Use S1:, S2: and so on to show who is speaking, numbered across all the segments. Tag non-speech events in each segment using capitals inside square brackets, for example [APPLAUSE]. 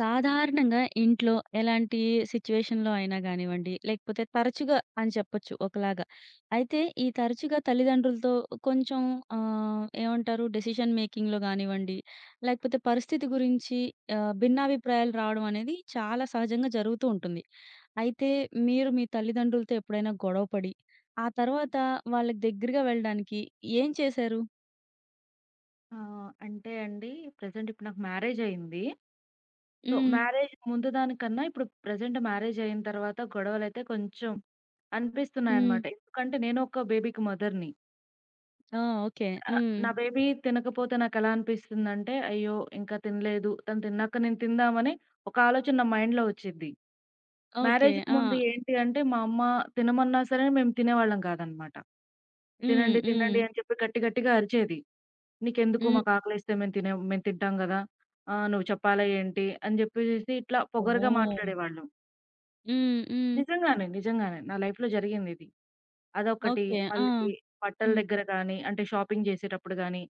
S1: సాధారణంగా ఇంట్లో ఎలాంటి సిట్యుయేషన్‌లో అయినా గానివ్వండి, లేకపోతే తరచుగా అని చెప్పొచ్చు ఒకలాగా. అయితే ఈ తరచుగా తల్లిదండ్రులతో కొంచెం ఏమంటారు డెసిషన్ మేకింగ్‌లో గానివ్వండి, లేకపోతే పరిస్థితి గురించి భిన్నాభిప్రాయాలు రావడం అనేది చాలా సహజంగా జరుగుతూ ఉంటుంది. అయితే మీరు మీ తల్లిదండ్రులతో ఎప్పుడైనా గొడవ పడి, ఆ తర్వాత వాళ్ళకి దగ్గరగా వెళ్ళడానికి ఏం చేశారు?
S2: ఆ! అంటే అండి, ప్రెజెంట్ ఇప్పుడు నాకు మ్యారేజ్ అయింది. సో,
S1: హ్మ్.
S2: మ్యారేజ్ ముందు దానికన్నా ఇప్పుడు ప్రెజెంట్ మ్యారేజ్ అయిన తర్వాత గొడవలైతే కొంచెం
S1: హ్మ్.
S2: అనిపిస్తున్నాయన్నమాట. ఎందుకంటే నేను ఒక బేబీకి మదర్‌ని.
S1: ఆ! ఓకే. హ్మ్.
S2: నా బేబీ తినకపోతే నాకెలా అనిపిస్తుందంటే, అయ్యో! ఇంకా తినలేదు. తను తిన్నాక నేను తిందామని ఒక ఆలోచన నా మైండ్‌లో వచ్చిద్ది.
S1: ఓకే.
S2: మ్యారేజ్‌కి
S1: ఆ!
S2: ముందు ఏంటి అంటే, మా అమ్మ తినమన్నా సరే మేము తినేవాళ్ళం కాదనమాట.
S1: హ్మ్.
S2: తినండి,
S1: హ్మ్.
S2: తినండి అని చెప్పి గట్టి గట్టిగా అరిచేది. "నీకెందుకు
S1: హ్మ్.
S2: మాకాకలేస్తే మేము తినేం మేము తింటాం గదా! నువ్వు చెప్పాలా ఏంటి?" అని జెప్పేసేసి ఇట్లా పొగరుగా
S1: ఓహ్!
S2: మాట్లాడేవాళ్ళు.
S1: హ్మ్. హ్మ్.
S2: నిజంగానే, నిజంగానే. నా లైఫ్‌లో జరిగిందిది. అదొకటి.
S1: ఓకే. ఆ!
S2: మళ్ళీ బట్టల
S1: హ్మ్.
S2: దగ్గర గానీ, అంటే షాపింగ్ జేసేటప్పుడు గానీ,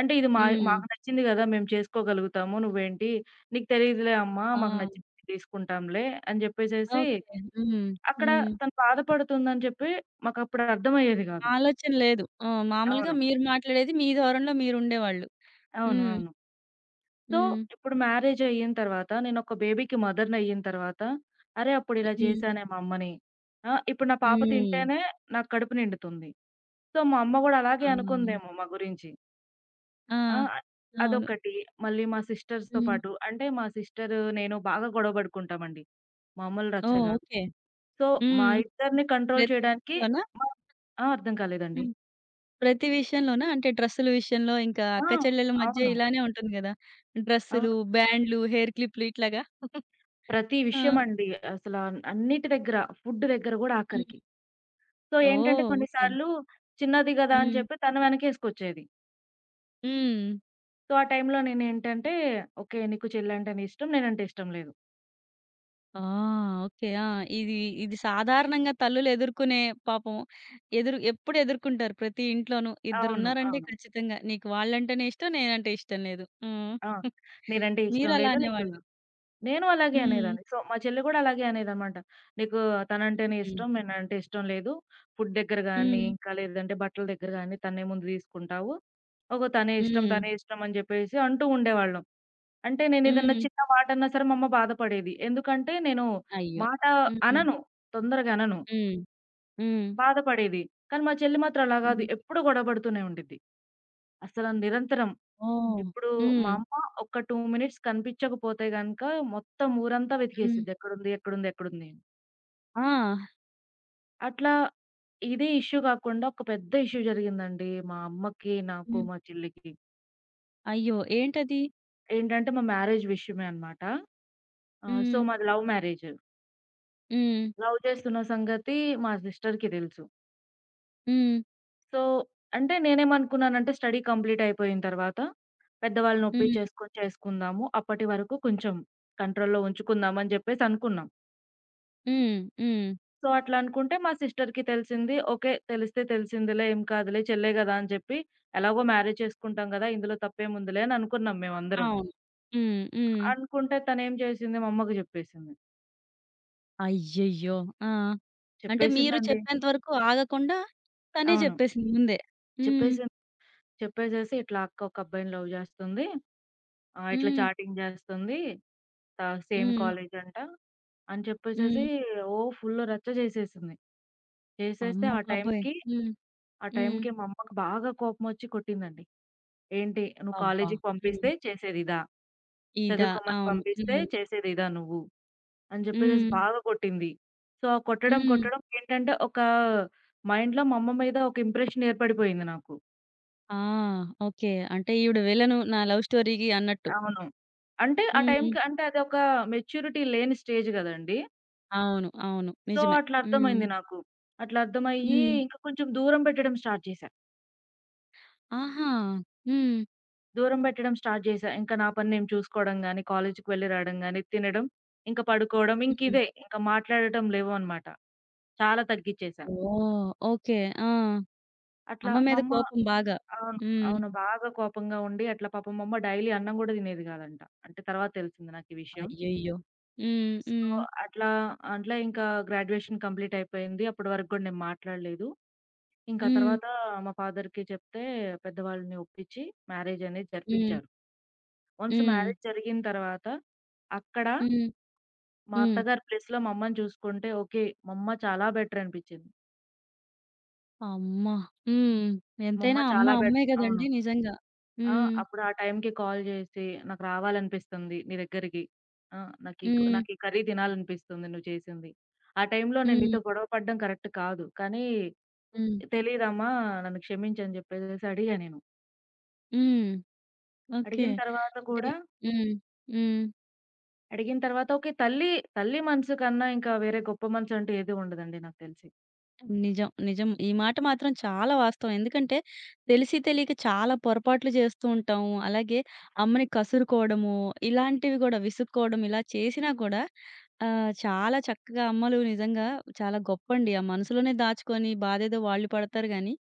S2: అంటే ఇది మా
S1: హ్మ్.
S2: మాకు నచ్చింది గదా! మేము చేసుకోగలుగుతాము. నువ్వేంటి? నీకు తెలీదులే అమ్మా! మాకు
S1: ఆ!
S2: నచ్చింది తీసుకుంటాంలే అని జెప్పేసేసి
S1: ఓకే. హ్మ్.
S2: అక్కడ
S1: హ్మ్.
S2: తను బాధపడుతుందని చెప్పి మాకప్పుడు అర్థమయ్యేది గాదు.
S1: ఆలోచన లేదు. ఆ! మామూలుగా
S2: అవును.
S1: మీరు మాట్లాడేది మీ ధోరణిలో మీరుండేవాళ్ళు.
S2: అవును.
S1: హ్మ్.
S2: అవును. సో,
S1: హ్మ్.
S2: ఇప్పుడు మ్యారేజ్ అయిన తర్వాత నేనొక బేబీకి మదర్‌ని అయిన తర్వాత, అరే! అప్పుడు ఇలా
S1: హ్మ్.
S2: చేశానే మా అమ్మని. ఆ! ఇప్పుడు నా పాప
S1: హ్మ్.
S2: తింటేనే నాకు కడుపు నిండుతుంది. సో, మా అమ్మ గూడా
S1: ఆ!
S2: అలాగే అనుకుందేమో మా గురించి.
S1: ఆ!
S2: ఆ!
S1: అవును.
S2: అదొకటి. మళ్ళీ మా సిస్టర్స్‌తో
S1: హ్మ్.
S2: పాటు అంటే మా సిస్టర్, నేను బాగా గొడవ పడుకుంటామండి. మామూలు రచ్చ
S1: ఓహ్!
S2: గాదు.
S1: ఓకే.
S2: సో, మా
S1: హ్మ్.
S2: ఇద్దరిని కంట్రోల్
S1: ప్రతి
S2: చేయడానికి
S1: విషయంలోనా?
S2: మా ఆ! అర్థం కాలేదండి.
S1: హ్మ్. ప్రతి విషయంలోనా? అంటే డ్రెస్సుల విషయంలో ఇంకా
S2: ఆ!
S1: అక్క చెల్లెల మధ్య
S2: అవును.
S1: ఇలానే ఉంటుంది గదా!
S2: అవును.
S1: డ్రెస్సులు, బ్యాండ్లు, హెయిర్ క్లిప్‌లు ఇట్లాగా? [LAUGHS]
S2: ప్రతి
S1: ఆ!
S2: విషయమండి. అసలా అన్నిటి దగ్గర, ఫుడ్ దగ్గర గూడా
S1: హ్మ్.
S2: ఆఖరికి. సో, ఏంటంటే
S1: ఓహ్! ఓకే.
S2: కొన్నిసార్లు చిన్నది గదా అని
S1: హ్మ్.
S2: చెప్పి తను వెనకేసుకొచ్చేది.
S1: హ్మ్.
S2: సో, ఆ టైంలో నేనేంటంటే, ఓకే. నీకు చెల్లంటేనే ఇష్టం. నేనంటే ఇష్టం లేదు.
S1: ఆ! ఓకే. ఆ! ఇది ఇది సాధారణంగా తల్లులు ఎదుర్కొనే పాపం ఎప్పుడు ఎదుర్కొంటారు ప్రతి ఇంట్లోనూ.
S2: అవును.
S1: ఇద్దరున్నారంటే
S2: అవును.
S1: ఖచ్చితంగా నీకు వాళ్ళంటేనే ఇష్టం, నేనంటే ఇష్టం లేదు. హ్మ్.
S2: ఆ!
S1: [LAUGHS]
S2: నేనంటే
S1: మీరు
S2: ఇష్టం
S1: అలా
S2: లేదు.
S1: అనేవాళ్ళు.
S2: నేను అలాగే
S1: హ్మ్.
S2: అనేదాన్ని. సో, మా చెల్లి గూడా అలాగే అనేదనమాట. "నీకు తనంటేనే
S1: హ్మ్.
S2: ఇష్టం. నేనంటే ఇష్టం లేదు. ఫుడ్ దగ్గర గానీ,
S1: హ్మ్.
S2: ఇంకా లేదంటే బట్టల దగ్గర గానీ తన్నే ముందు తీసుకుంటావు. ఓహో! తనే ఇష్టం,
S1: హ్మ్.
S2: తనే ఇష్టం" అని జెప్పేసి అంటూ ఉండేవాళ్ళం. అంటే నేనేదన్నా
S1: హ్మ్.
S2: చిన్న మాటన్నా సరే మా అమ్మ బాధపడేది. ఎందుకంటే నేను
S1: అయ్యో!
S2: మాట
S1: హ్మ్.
S2: అనను. తొందరగా అనను.
S1: హ్మ్. హ్మ్.
S2: బాధపడేది. కానీ మా చెల్లి మాత్రం అలా గాదు.
S1: హ్మ్.
S2: ఎప్పుడు గొడవ పడుతూనే ఉండిద్ది. అసలు నిరంతరం.
S1: ఓహ్!
S2: ఇప్పుడు మా
S1: హ్మ్.
S2: అమ్మ ఒక్క 2 మినిట్స్ కనిపించకపోతే గనక మొత్తం ఊరంతా
S1: హ్మ్.
S2: వెతికేసిద్ది. ఎక్కడుంది? ఎక్కడుంది? ఎక్కడుంది? అని.
S1: ఆ!
S2: అట్లా ఇదే ఇష్యూ గాకుండా ఒక పెద్ద ఇష్యూ జరిగిందండి. మా అమ్మకి, నాకు,
S1: హ్మ్.
S2: మా చెల్లికి.
S1: అయ్యో! ఏంటది?
S2: ఏంటంటే మా మ్యారేజ్ విషయమే అన్నమాట. సో
S1: హ్మ్.
S2: మాది లవ్ మ్యారేజ్.
S1: హ్మ్.
S2: లవ్ చేస్తున్న సంగతి మా సిస్టర్‌కి తెలుసు.
S1: హ్మ్.
S2: సో, అంటే నేనేమనుకున్నానంటే స్టడీ కంప్లీట్ అయిపోయిన తర్వాత, పెద్దవాళ్ళని
S1: హ్మ్.
S2: ఒప్పించేసుకొని చేసుకుందాము. అప్పటి వరకు కొంచెం కంట్రోల్‌లో ఉంచుకుందాం అని జెప్పేసి అనుకున్నాం.
S1: హ్మ్. హ్మ్.
S2: సో, అట్లా అనుకుంటే మా సిస్టర్‌కి తెలిసింది. ఓకే. తెలిస్తే తెలిసిందిలే ఏం కాదులే చెల్లె గదా! అని చెప్పి ఎలాగో మ్యారేజ్ చేసుకుంటాం గదా! ఇందులో తప్పేముందిలే అని అనుకున్నాం మేమందరం.
S1: అవును. హ్మ్. హ్మ్.
S2: అనుకుంటే తనేం చేసింది మా అమ్మకి జెప్పేసింది.
S1: అయ్యయ్యో! ఆ! అంటే మీరు
S2: చెప్పేసిందండి.
S1: చెప్పేంత వరకు ఆగకుండా తనే
S2: అవును.
S1: చెప్పేసింది ముందే. హ్మ్.
S2: చెప్పేసింది. చెప్పేసేసి ఇట్లా అక్క ఒక అబ్బాయిని లవ్ జేస్తుంది. ఇట్లా
S1: హ్మ్.
S2: చాటింగ్ జేస్తుంది. సేమ్
S1: హ్మ్.
S2: కాలేజంట. అని చెప్పేసేసి
S1: హ్మ్.
S2: ఓ ఫుల్ రచ్చ చేసేసింది. చేసేస్తే
S1: అమ్మ
S2: ఆ
S1: బాబోయ్!
S2: టైంకి
S1: హ్మ్. హ్మ్.
S2: మా అమ్మకి బాగా కోపమొచ్చి కొట్టిందండి. "ఏంటి నువ్వు
S1: అబ్బా!
S2: కాలేజీకి
S1: హ్మ్.
S2: పంపిస్తే చేసేదిదా?
S1: ఇదా!
S2: చదువుకోమని
S1: అవును.
S2: పంపిస్తే
S1: హ్మ్.
S2: చేసేదిదా నువ్వు?" అని చెప్పేసేసి
S1: హ్మ్.
S2: బాగా కొట్టింది. సో, ఆ కొట్టడం
S1: హ్మ్.
S2: కొట్టడం ఏంటంటే ఒక మైండ్‌లో మా అమ్మ మీద ఒక ఇంప్రెషన్ ఏర్పడిపోయింది నాకు.
S1: ఆ! ఓకే. అంటే ఈవిడ విలను నా లవ్ స్టోరీకి అన్నట్టు.
S2: అవును. అంటే ఆ
S1: హ్మ్.
S2: టైంకి అంటే అదొక మెచ్యూరిటీ లేని స్టేజ్ గదండీ!
S1: అవును. అవును.
S2: సో,
S1: నిజమే.
S2: అట్లా
S1: హ్మ్.
S2: అర్థమైంది నాకు. అట్లా అర్థమయ్యి
S1: హ్మ్.
S2: ఇంకా కొంచెం దూరం పెట్టడం స్టార్ట్ చేశా.
S1: ఆహా! హ్మ్.
S2: దూరం పెట్టడం స్టార్ట్ చేశా. ఇంకా నా పని నేను చూసుకోవడం గాని, కాలేజీకి వెళ్లి రావడం గాని, తినడం, ఇంకా పడుకోవడం
S1: హ్మ్.
S2: ఇంకివే. ఇంకా మాట్లాడటం లేవనమాట. చాలా తగ్గిచ్చేశా.
S1: ఓహ్! ఓకే. ఆ!
S2: అట్లా
S1: అమ్మ
S2: మా
S1: మీద
S2: అమ్మ
S1: కోపం బాగా.
S2: అవును.
S1: హ్మ్.
S2: అవును. బాగా కోపంగా ఉండి అట్లా పాపం మా అమ్మ డైలీ అన్నం గూడా తినేది గాదంట. అంటే తర్వాత తెలిసింది నాకు ఈ విషయం.
S1: అయ్యయ్యో! హ్మ్.
S2: సో,
S1: హ్మ్.
S2: అట్లా అట్లా ఇంకా గ్రాడ్యుయేషన్ కంప్లీట్ అయిపోయింది. అప్పటి వరకు గూడా నేను మాట్లాడలేదు. ఇంకా
S1: హ్మ్.
S2: తర్వాత మా ఫాదర్‌కి చెప్తే పెద్దవాళ్ళని ఒప్పించి మ్యారేజ్ అనేది
S1: హ్మ్.
S2: జరిపించారు. వన్స్
S1: హ్మ్.
S2: మ్యారేజ్ జరిగిన తర్వాత అక్కడ
S1: హ్మ్.
S2: మా
S1: హ్మ్.
S2: అత్తగారి ప్లేస్‌లో మా అమ్మని చూసుకుంటే, ఓకే. మా అమ్మ చాలా బెటర్ అనిపిచ్చింది.
S1: అమ్మ! హ్మ్.
S2: మా అమ్మ
S1: ఎంతైనా అమ్మ
S2: చాలా
S1: అమ్మే
S2: బెటర్ అవును.
S1: గదండీ నిజంగా.
S2: ఆ!
S1: హ్మ్.
S2: అప్పుడు ఆ టైంకి కాల్ చేసి, "నాకు రావాలనిపిస్తుంది నీ దగ్గరికి. ఆ! నాకీ క
S1: హ్మ్.
S2: నాకు ఈ కర్రీ తినాలనిపిస్తుంది నువ్వు చేసింది. ఆ టైంలో నేను
S1: హ్మ్.
S2: నీతో గొడవ పడడం కరెక్ట్ కాదు. కానీ
S1: హ్మ్.
S2: తెలీదమ్మా నన్ను క్షమించు" అని చెప్పేసేసి అడిగా నేను.
S1: హ్మ్. ఓకే.
S2: అడిగిన తర్వాత
S1: అంటే
S2: కూడా
S1: హ్మ్. హ్మ్.
S2: అడిగిన తర్వాత ఓకే. తల్లి మనసు కన్నా ఇంకా వేరే గొప్ప మనసు అంటూ ఏది ఉండదండి నాకు తెలిసి.
S1: నిజం. నిజం. ఈ మాట మాత్రం చాలా వాస్తవం. ఎందుకంటే తెలిసి తెలియక చాలా పొరపాట్లు చేస్తూ ఉంటాము. అలాగే అమ్మని కసురుకోవడము, ఇలాంటివి గూడా విసుక్కోవడం ఇలా చేసినా కూడా చాలా చక్కగా అమ్మలు నిజంగా చాలా గొప్పండి. ఆ మనసులోనే దాచుకొని బాధేదో వాళ్ళు పడతారు గానీ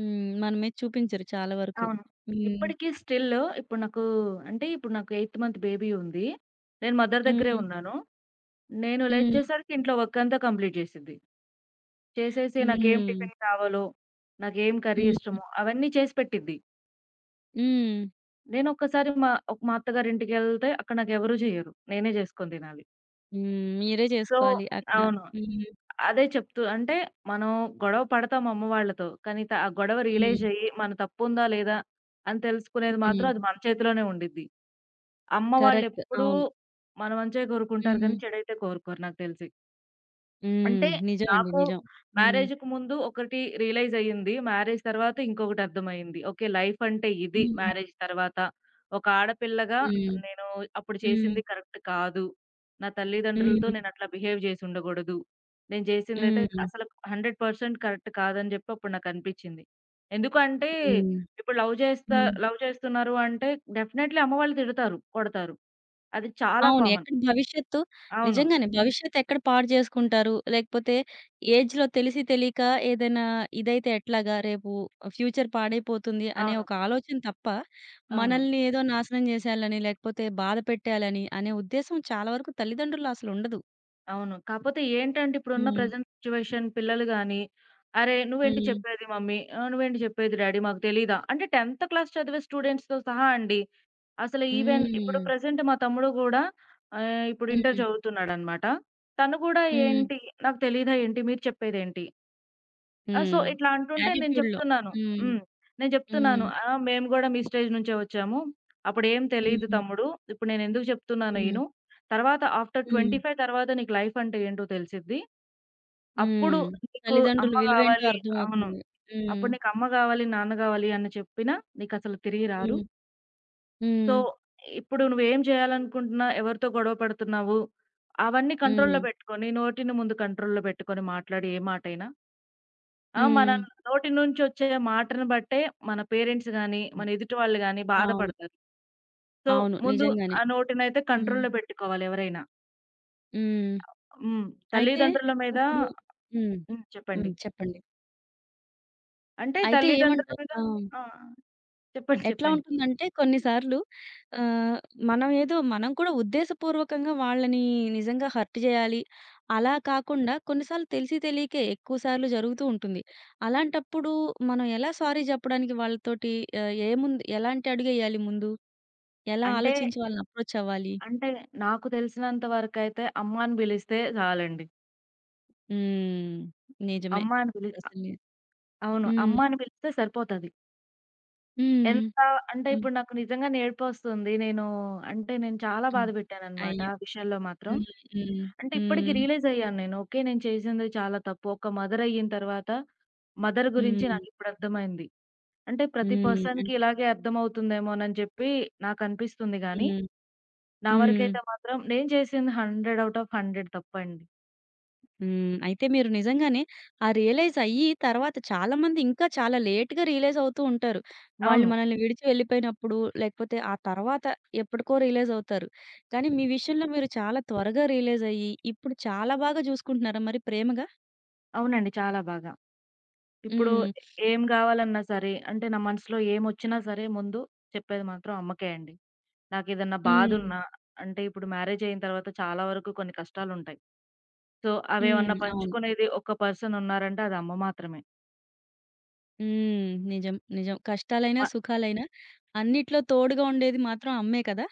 S1: హ్మ్. మన మీద చూపించరు చాలా వరకు.
S2: అవును.
S1: హ్మ్.
S2: ఇప్పటికి స్టిల్ ఇప్పుడు నాకు అంటే ఇప్పుడు నాకు ఎయిత్ మంత్ బేబీ ఉంది. నేను మదర్ దగ్గరే
S1: హ్మ్.
S2: ఉన్నాను. నేను
S1: హ్మ్.
S2: లేచేసరికి ఇంట్లో వర్క్ అంతా కంప్లీట్ చేసిద్ది. చేసేసి నాకేం
S1: హ్మ్.
S2: టిఫిన్ కావాలో, నాకేం కర్రీ
S1: హ్మ్.
S2: ఇష్టమో అవన్నీ చేసి పెట్టిద్ది.
S1: హ్మ్.
S2: నేను ఒక్కసారి మా అత్తగారింటికెళ్తే అక్కడ నాకెవరు చేయరు. నేనే చేసుకొని తినాలి.
S1: హ్మ్. మీరే
S2: సో
S1: చేసుకోవాలి అక్కడ.
S2: అవును.
S1: హ్మ్.
S2: అదే చెప్తూ అంటే మనం గొడవ పడతాం అమ్మ వాళ్ళతో. కానీ ఆ గొడవ
S1: హ్మ్.
S2: రియలైజ్ అయ్యి మన తప్పుందా లేదా అని తెలుసుకునేది మాత్రం
S1: హ్మ్.
S2: అది మన చేతిలోనే ఉండిద్ది. అమ్మ
S1: కరెక్ట్.
S2: వాళ్ళెప్పుడూ
S1: అవును.
S2: మన మంచే కోరుకుంటారు
S1: హ్మ్.
S2: గానీ, చెడైతే కోరుకోరు నాకు తెలిసి.
S1: హ్మ్.
S2: అంటే
S1: నిజం అండి.
S2: నాకు
S1: నిజం. హ్మ్.
S2: మ్యారేజ్‌కి ముందు ఒకటి రియలైజ్ అయ్యింది. మ్యారేజ్ తర్వాత ఇంకొకటి అర్థమయింది. ఓకే. లైఫ్ అంటే ఇది
S1: హ్మ్.
S2: మ్యారేజ్ తర్వాత. ఒక ఆడపిల్లగా
S1: హ్మ్.
S2: నేను అప్పుడు
S1: హ్మ్.
S2: చేసింది కరెక్ట్ కాదు. నా తల్లిదండ్రులతో
S1: హ్మ్.
S2: నేనట్లా బిహేవ్ చేసుండకూడదు. నేను చేసిందైతే
S1: హ్మ్.
S2: అసలు 100% కరెక్ట్ కాదని చెప్పి అప్పుడు నాకనిపిచ్చింది. ఎందుకంటే
S1: హ్మ్.
S2: ఇప్పుడు లవ్ చేస్తా
S1: హ్మ్.
S2: లవ్ చేస్తున్నారు అంటే డెఫినైట్లీ అమ్మ వాళ్ళు తిడతారు, కొడతారు. అది చాలా
S1: అవును.
S2: కామన్.
S1: ఎక్కడ భవిష్యత్తు
S2: అవును.
S1: నిజంగానే భవిష్యత్తు ఎక్కడ పాడు చేసుకుంటారు? లేకపోతే ఏజ్‌లో తెలిసి తెలియక ఏదైనా ఇదైతే ఎట్లాగా? రేపు ఫ్యూచర్ పాడైపోతుంది అనే
S2: అవును.
S1: ఒక ఆలోచన తప్ప,
S2: అవును.
S1: మనల్ని ఏదో నాశనం చేసేయాలని, లేకపోతే బాధ పెట్టేయాలని అనే ఉద్దేశం చాలా వరకు తల్లిదండ్రుల్లో అసలుండదు.
S2: అవును. కాపోతే ఏంటంటే ఇప్పుడున్న
S1: హ్మ్.
S2: ప్రెజెంట్ సిట్యుయేషన్ పిల్లలు గాని, "అరే! నువ్వేంటి
S1: హ్మ్.
S2: చెప్పేది మమ్మీ? నువ్వేంటి చెప్పేది డ్యాడీ? మాకు తెలీదా?" అంటే 10th క్లాస్ చదివే స్టూడెంట్స్‌తో సహా అండి. అసలు ఈవెన్ ఇప్పుడు
S1: హ్మ్.
S2: ప్రెజెంట్ మా తమ్ముడు గూడా ఇప్పుడు ఇంటర్
S1: హ్మ్.
S2: చదువుతున్నాడనమాట. తను గూడా
S1: హ్మ్.
S2: ఏంటి, "నాకు తెలీదా ఏంటి? మీరు చెప్పేదేంటి?" ఆ! సో,
S1: హ్మ్.
S2: ఇట్లా అంటుంటే నేను
S1: యాటిట్యూడ్‌లో.
S2: చెప్తున్నాను.
S1: హ్మ్.
S2: హ్మ్. నేను
S1: హ్మ్.
S2: చెప్తున్నాను. "ఆ! మేము గూడా మీ స్టేజ్ నుంచే వచ్చాము. అప్పుడేం తెలీదు
S1: హ్మ్.
S2: తమ్ముడు. ఇప్పుడు నేనెందుకు చెప్తున్నానో
S1: హ్మ్.
S2: ఇను. తర్వాత ఆఫ్టర్
S1: హ్మ్.
S2: 25 తర్వాత నీకు లైఫ్ అంటే ఏంటో తెలిసిద్ది. అప్పుడు
S1: హ్మ్.
S2: నీకు
S1: తల్లిదండ్రుల
S2: అమ్మ
S1: విలువేంటో
S2: గావాలి" అవును.
S1: అర్థమవుతుంది. హ్మ్.
S2: "అప్పుడు నీకు అమ్మ గావాలి, నాన్న గావాలి అని చెప్పినా నీకసలు తిరిగి రారు.
S1: హ్మ్.
S2: సో,
S1: హ్మ్.
S2: ఇప్పుడు నువ్వేం చేయాలనుకుంటున్నా, ఎవరితో గొడవ పడుతున్నావు, అవన్నీ
S1: హ్మ్.
S2: కంట్రోల్‌లో పెట్టుకొని, నోటిని ముందు కంట్రోల్‌లో పెట్టుకొని మాట్లాడు ఏ మాటైనా. ఆ! మన
S1: హ్మ్.
S2: నోటి నుంచొచ్చే మాటను బట్టే మన పేరెంట్స్ గాని,
S1: హ్మ్.
S2: మన ఎదుటి వాళ్ళు గాని
S1: అవును.
S2: బాధపడతారు. సో,
S1: అవును.
S2: ముందు
S1: నిజంగానే.
S2: ఆ నోటినైతే
S1: హ్మ్.
S2: కంట్రోల్‌లో పెట్టుకోవాలి ఎవరైనా.
S1: హ్మ్.
S2: హ్మ్.
S1: అయితే
S2: తల్లిదండ్రుల మీద
S1: ఇప్పుడు హ్మ్.
S2: హ్మ్.
S1: హ్మ్.
S2: చెప్పండి.
S1: చెప్పండి.
S2: అంటే
S1: అయితే
S2: తల్లిదండ్రుల
S1: ఏమంటా
S2: మీద
S1: ఆ!
S2: ఆ! చెప్పండి.
S1: ఎట్లా
S2: చెప్పండి.
S1: ఉంటుందంటే కొన్ని సార్లు ఆహ్, మనం ఏదో మనం కూడా ఉద్దేశపూర్వకంగా వాళ్ళని నిజంగా హర్ట్ చేయాలి. అలా కాకుండా కొన్నిసార్లు తెలిసి తెలియకే ఎక్కువ సార్లు జరుగుతూ ఉంటుంది. అలాంటప్పుడు మనం ఎలా సారీ చెప్పడానికి వాళ్ళతోటి ఏముంది ఎలాంటి అడుగేయాలి ముందు? ఎలా
S2: అంటే,
S1: ఆలోచించి వాళ్ళని అప్రోచ్ అవ్వాలి?
S2: అంటే నాకు తెలిసినంత వరకైతే అమ్మ అని పిలిస్తే చాలండి.
S1: హ్మ్. నిజమే.
S2: అమ్మ అని పిలి
S1: అసలు ని
S2: అవును.
S1: హ్మ్.
S2: అమ్మ అని పిలిస్తే సరిపోతది.
S1: హ్మ్.
S2: ఎంత అంటే
S1: హ్మ్.
S2: ఇప్పుడు నాకు నిజంగానే ఏడుపొస్తుంది. నేను అంటే నేను చాలా
S1: హ్మ్.
S2: బాధ పెట్టాననమాట
S1: అయ్యో!
S2: ఆ విషయంలో మాత్రం.
S1: హ్మ్. హ్మ్.
S2: అంటే ఇప్పటికి
S1: హ్మ్.
S2: రియలైజయ్యాను నేను. ఓకే. నేను చేసింది చాలా తప్పు. ఒక మదరయిన తర్వాత మదర్ గురించి
S1: హ్మ్.
S2: నాకిప్పుడు అర్థమైంది. అంటే ప్రతి
S1: హ్మ్.
S2: పర్సన్‌కి
S1: అన్
S2: ఇలాగే అర్థమవుతుందేమోనని చెప్పి నాకనిపిస్తుంది గానీ,
S1: హ్మ్.
S2: నా
S1: హ్మ్.
S2: వరకైతే మాత్రం నేను చేసింది 100 ఔట్ ఆఫ్ 100 తప్పండి.
S1: హ్మ్. అయితే మీరు నిజంగానే ఆ రియలైజ్ అయ్యి తర్వాత చాలా మంది ఇంకా చాలా లేట్‌గా రియలైజ్ అవుతూ ఉంటారు. వాళ్ళు
S2: అవును.
S1: మనల్ని విడిచి వెళ్ళిపోయినప్పుడు లేకపోతే ఆ తర్వాత ఎప్పటికో రియలైజ్ అవుతారు. కానీ మీ విషయంలో మీరు చాలా త్వరగా రియలైజ్ అయ్యి ఇప్పుడు చాలా బాగా చూసుకుంటున్నారా మరి ప్రేమగా?
S2: అవునండి. చాలా బాగా. ఇప్పుడు
S1: హ్మ్.
S2: ఏం గావాలన్నా సరే, అంటే నా మనసులో ఏమొచ్చినా సరే ముందు చెప్పేది మాత్రం అమ్మకే అండి. నాకేదన్నా
S1: హ్మ్.
S2: బాధున్నా అంటే ఇప్పుడు మ్యారేజయిన తర్వాత చాలా వరకు కొన్ని కష్టాలుంటాయి. సో,
S1: హ్మ్.
S2: అవేమన్నా
S1: అవును.
S2: పంచుకునేది ఒక పర్సన్ ఉన్నారంటే అది అమ్మ మాత్రమే.
S1: హ్మ్. నిజం. నిజం. కష్టాలైనా,
S2: మ
S1: సుఖాలైనా అన్నిట్లో తోడుగా ఉండేది మాత్రం అమ్మే కదా!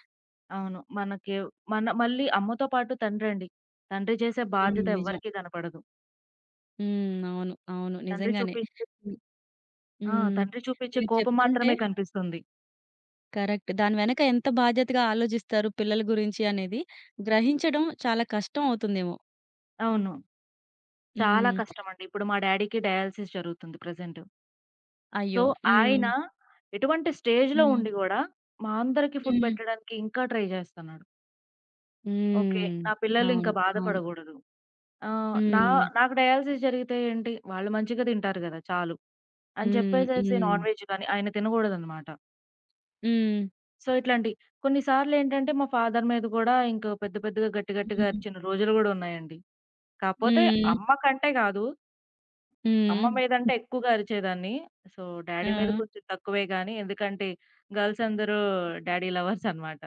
S2: అవును. మనకి మళ్ళీ అమ్మతో పాటు తండ్రండి. తండ్రి చేసే
S1: హ్మ్.
S2: బాధ్యత
S1: నిజం.
S2: ఎవ్వరికీ కనపడదు.
S1: హ్మ్. అవును. అవును.
S2: తండ్రి
S1: నిజంగానే.
S2: చూపించే
S1: హ్మ్.
S2: ఆ!
S1: హ్మ్.
S2: తండ్రి చూపించే
S1: మీరు
S2: కోపం
S1: చెప్తుంటే
S2: మాత్రమే కనిపిస్తుంది.
S1: కరెక్ట్. దాని వెనక ఎంత బాధ్యతగా ఆలోచిస్తారు పిల్లల గురించి అనేది గ్రహించడం చాలా కష్టం అవుతుందేమో.
S2: అవును. చాలా
S1: హ్మ్.
S2: కష్టమండి. ఇప్పుడు మా డ్యాడీకి డయాలిసిస్ జరుగుతుంది ప్రెజెంట్. సో,
S1: అయ్యో! హ్మ్.
S2: ఆయన ఎటువంటి స్టేజ్‌లో
S1: హ్మ్.
S2: ఉండి గూడా మా అందరికి ఫుడ్
S1: హ్మ్.
S2: పెట్టడానికి ఇంకా ట్రై జేస్తన్నాడు. ఓకే.
S1: హ్మ్.
S2: నా పిల్లలు
S1: అవును.
S2: ఇంకా
S1: అవును.
S2: బాధపడగూడదు. ఆహ్, నా
S1: హ్మ్.
S2: నాకు డయాలిసిస్ జరిగితే ఏంటి? వాళ్ళు మంచిగా తింటారు గదా! చాలు. అని
S1: హ్మ్.
S2: చెప్పేసేసి
S1: హ్మ్.
S2: నాన్ వెజ్ గాని ఆయన తినగూడదనమాట.
S1: హ్మ్.
S2: సో, ఇట్లాంటి కొన్ని సార్లేంటంటే మా ఫాదర్ మీద గూడా ఇంక పెద్ద పెద్దగా గట్టి గట్టిగా
S1: హ్మ్.
S2: అరిచిన రోజులు గూడా ఉన్నాయండి. కాపోతే
S1: హ్మ్.
S2: అమ్మ కంటే గాదు. అమ్మ
S1: హ్మ్.
S2: మీదంటే ఎక్కువగా అరిచేదాన్ని. సో,
S1: ఆ!
S2: డ్యాడీ మీద కొంచెం తక్కువే గానీ ఎందుకంటే గర్ల్స్ అందరూ డ్యాడీ లవర్స్ అనమాట.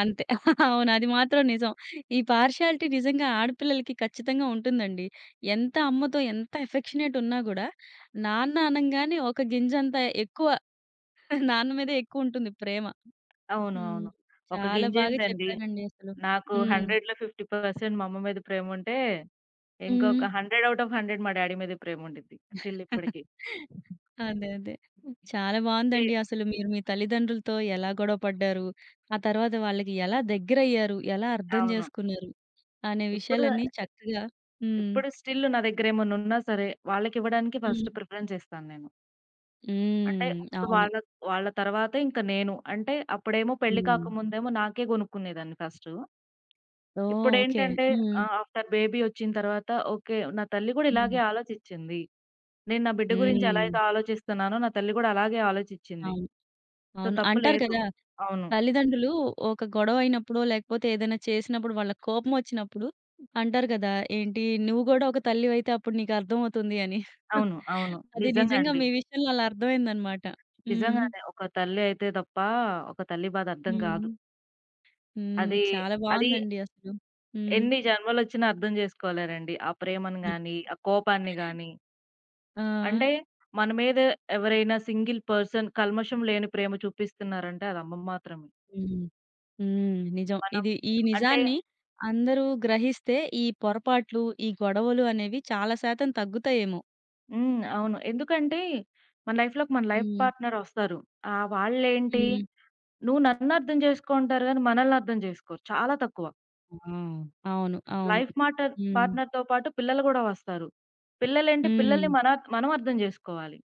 S1: అంతే. [LAUGHS] అవును. అది మాత్రం నిజం. ఈ పార్షియాలిటీ నిజంగా ఆడపిల్లలకి ఖచ్చితంగా ఉంటుందండి. అమ్మతో ఎంత ఎఫెక్షనేట్ ఉన్నా గూడా, నాన్న అనంగానే ఒక గింజంత ఎక్కువ [LAUGHS] నాన్న మీదే ఎక్కువుంటుంది ప్రేమ.
S2: అవును.
S1: హ్మ్.
S2: అవును. ఒక
S1: చాలా బాగా
S2: గింజేందండి.
S1: చెప్పారండి అసలు.
S2: నాకు
S1: హ్మ్.
S2: 100లో 50% మా అమ్మ మీద ప్రేముంటే
S1: హ్మ్.
S2: ఇంకొక 100 ఔట్ ఆఫ్ 100 మా డ్యాడీ మీద ప్రేముండిద్ది. స్టిల్ ఇప్పడికి.
S1: అదే. అదే. చాలా
S2: ఏ
S1: బావుందండి. అసలు మీరు మీ తల్లిదండ్రులతో ఎలా గొడవ పడ్డారు, ఆ తర్వాత వాళ్ళకి ఎలా దగ్గరయ్యారు, ఎలా అర్థం
S2: అవును.
S1: చేసుకున్నారు అనే
S2: ఇప్పుడు
S1: విషయాలన్నీ చక్కగా హ్మ్.
S2: ఇప్పుడు స్టిల్ నా దగ్గరేమన్నున్నా సరే, వాళ్ళకివ్వడానికి ఫస్ట్
S1: హ్మ్.
S2: ప్రిఫరెన్స్ ఇస్తాను నేను. అంటే
S1: హ్మ్.
S2: ముందు
S1: అవును.
S2: వాళ్ళ వాళ్ళ తర్వాతే ఇంక నేను. అంటే అప్పుడేమో పెళ్లి
S1: హ్మ్.
S2: కాకముందేమో నాకే గొనుక్కునేదాన్ని ఫస్టు.
S1: ఓహ్! ఓకే.
S2: ఇప్పుడేంటంటే
S1: హ్మ్.
S2: ఆఫ్టర్ బేబీ ఒచ్చిన తర్వాత ఓకే. నా తల్లి గూడా
S1: హ్మ్.
S2: ఇలాగే ఆలోచిచ్చింది. నేను నా బిడ్డ గురించి ఎలా
S1: హ్మ్.
S2: అయితే ఆలోచిస్తున్నానో నా తల్లి గూడా అలాగే ఆలోచిచ్చింది.
S1: అవును.
S2: సో,
S1: అవును.
S2: తప్పు
S1: అంటారు
S2: లేదు.
S1: కదా!
S2: అవును.
S1: తల్లిదండ్రులు ఒక గొడవ అయినప్పుడో, లేకపోతే ఏదైనా చేసినప్పుడు వాళ్ళకి కోపం వచ్చినప్పుడు అంటారు కదా! ఏంటి "నువ్వు గూడా ఒక తల్లివైతే అప్పుడు నీకు అర్థమవుతుంది" అని.
S2: అవును. అవును.
S1: అది
S2: నిజంగా
S1: నిజంగా
S2: అండి.
S1: మీ విషయంలో అలా అర్థమైందనమాట. హ్మ్.
S2: నిజంగానే. ఒక తల్లి అయితే తప్ప ఒక తల్లి బాధ అర్థం
S1: హ్మ్.
S2: గాదు.
S1: హ్మ్.
S2: అది
S1: చాలా
S2: అది
S1: బావుందండి అసలు. హ్మ్.
S2: ఎన్ని జన్మలొచ్చినా అర్థం జేసుకోలేరండి. ఆ ప్రేమను గాని, ఆ కోపాన్ని గాని.
S1: ఆ!
S2: అంటే మన మీద ఎవరైనా సింగిల్ పర్సన్ కల్మషం లేని ప్రేమ చూపిస్తున్నారంటే అది అమ్మ మాత్రమే.
S1: హ్మ్. హ్మ్. నిజం.
S2: మనం
S1: ఇది ఈ
S2: అంటే
S1: నిజాన్ని అందరూ గ్రహిస్తే ఈ పొరపాట్లు, ఈ గొడవలు అనేవి చాలా శాతం తగ్గుతాయేమో.
S2: హ్మ్. అవును. ఎందుకంటే మన లైఫ్‌లోకి మన లైఫ్
S1: హ్మ్.
S2: పార్ట్నర్ వస్తారు. వాళ్ళేంటి
S1: హ్మ్.
S2: నువ్వు నన్ను అర్థం చేసుకో అంటారు గానీ, మనల్ని అర్థం జేసుకోరు. చాలా తక్కువ.
S1: ఆ! అవును. అవును.
S2: లైఫ్ మాటర్
S1: హ్మ్.
S2: పార్ట్నర్‌తో పాటు పిల్లలు గూడా వస్తారు. పిల్లలేంటి
S1: హ్మ్.
S2: పిల్లల్ని మన మనం అర్థం జేసుకోవాలి.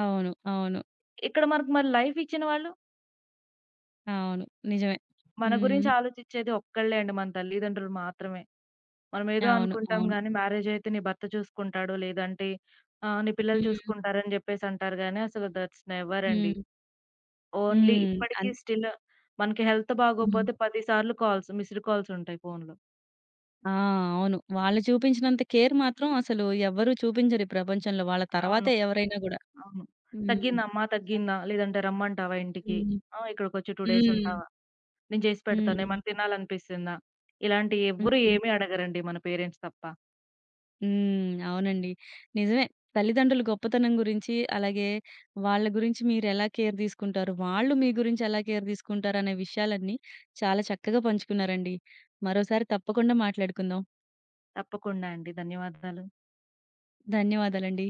S1: అవును. అవును.
S2: ఇక్కడ మనకు మరి లైఫ్ ఇచ్చిన వాళ్ళు
S1: అవును. నిజమే.
S2: మన
S1: హ్మ్.
S2: గురించి ఆలోచిచ్చేది ఒక్కళ్ళే అండి. మన తల్లిదండ్రులు మాత్రమే. మనమేదో
S1: అవును.
S2: అనుకుంటాం
S1: అవును.
S2: గానీ, మ్యారేజయితే నీ భర్త చూసుకుంటాడు, లేదంటే నీ పిల్లలు
S1: హ్మ్.
S2: చూసుకుంటారని జెప్పేసంటారు గానీ, అసలు దట్స్ నెవర్ అండి.
S1: హ్మ్.
S2: ఓన్లీ
S1: హ్మ్.
S2: ఇప్పటికి
S1: అన్
S2: స్టిల్ మనకి హెల్త్
S1: హ్మ్.
S2: బాగోపోతే 10 సార్లు కాల్స్, మిస్డ్ కాల్సుంటాయి ఫోనులో.
S1: ఆ! అవును. వాళ్ళు చూపించినంత కేర్ మాత్రం అసలు ఎవ్వరూ చూపించరు ఈ ప్రపంచంలో. వాళ్ళ
S2: అవును.
S1: తర్వాతే ఎవరైనా గూడా.
S2: అవును.
S1: హ్మ్.
S2: "తగ్గిందమ్మా, తగ్గిందా? లేదంటే రమ్మంటావా ఇంటికి?
S1: హ్మ్.
S2: ఆ! ఇక్కడికొచ్చి 2 డేస్
S1: హ్మ్.
S2: ఉంటావా? నేను చేసి పెడతాను.
S1: హ్మ్.
S2: ఏమన్నా తినాలనిపిస్తుందా?" ఇలాంటి ఎవ్వరు
S1: హ్మ్.
S2: ఏమీ అడగరండి మన పేరెంట్స్ తప్ప.
S1: హ్మ్. అవునండి. నిజమే. తల్లిదండ్రుల గొప్పతనం గురించి, అలాగే వాళ్ళ గురించి మీరెలా కేర్ తీసుకుంటారు, వాళ్ళు మీ గురించి ఎలా కేర్ తీసుకుంటారనే విషయాలన్నీ చాలా చక్కగా పంచుకున్నారండి. మరోసారి తప్పకుండా మాట్లాడుకుందాం.
S2: తప్పకుండా అండి. ధన్యవాదాలు.
S1: ధన్యవాదాలండి.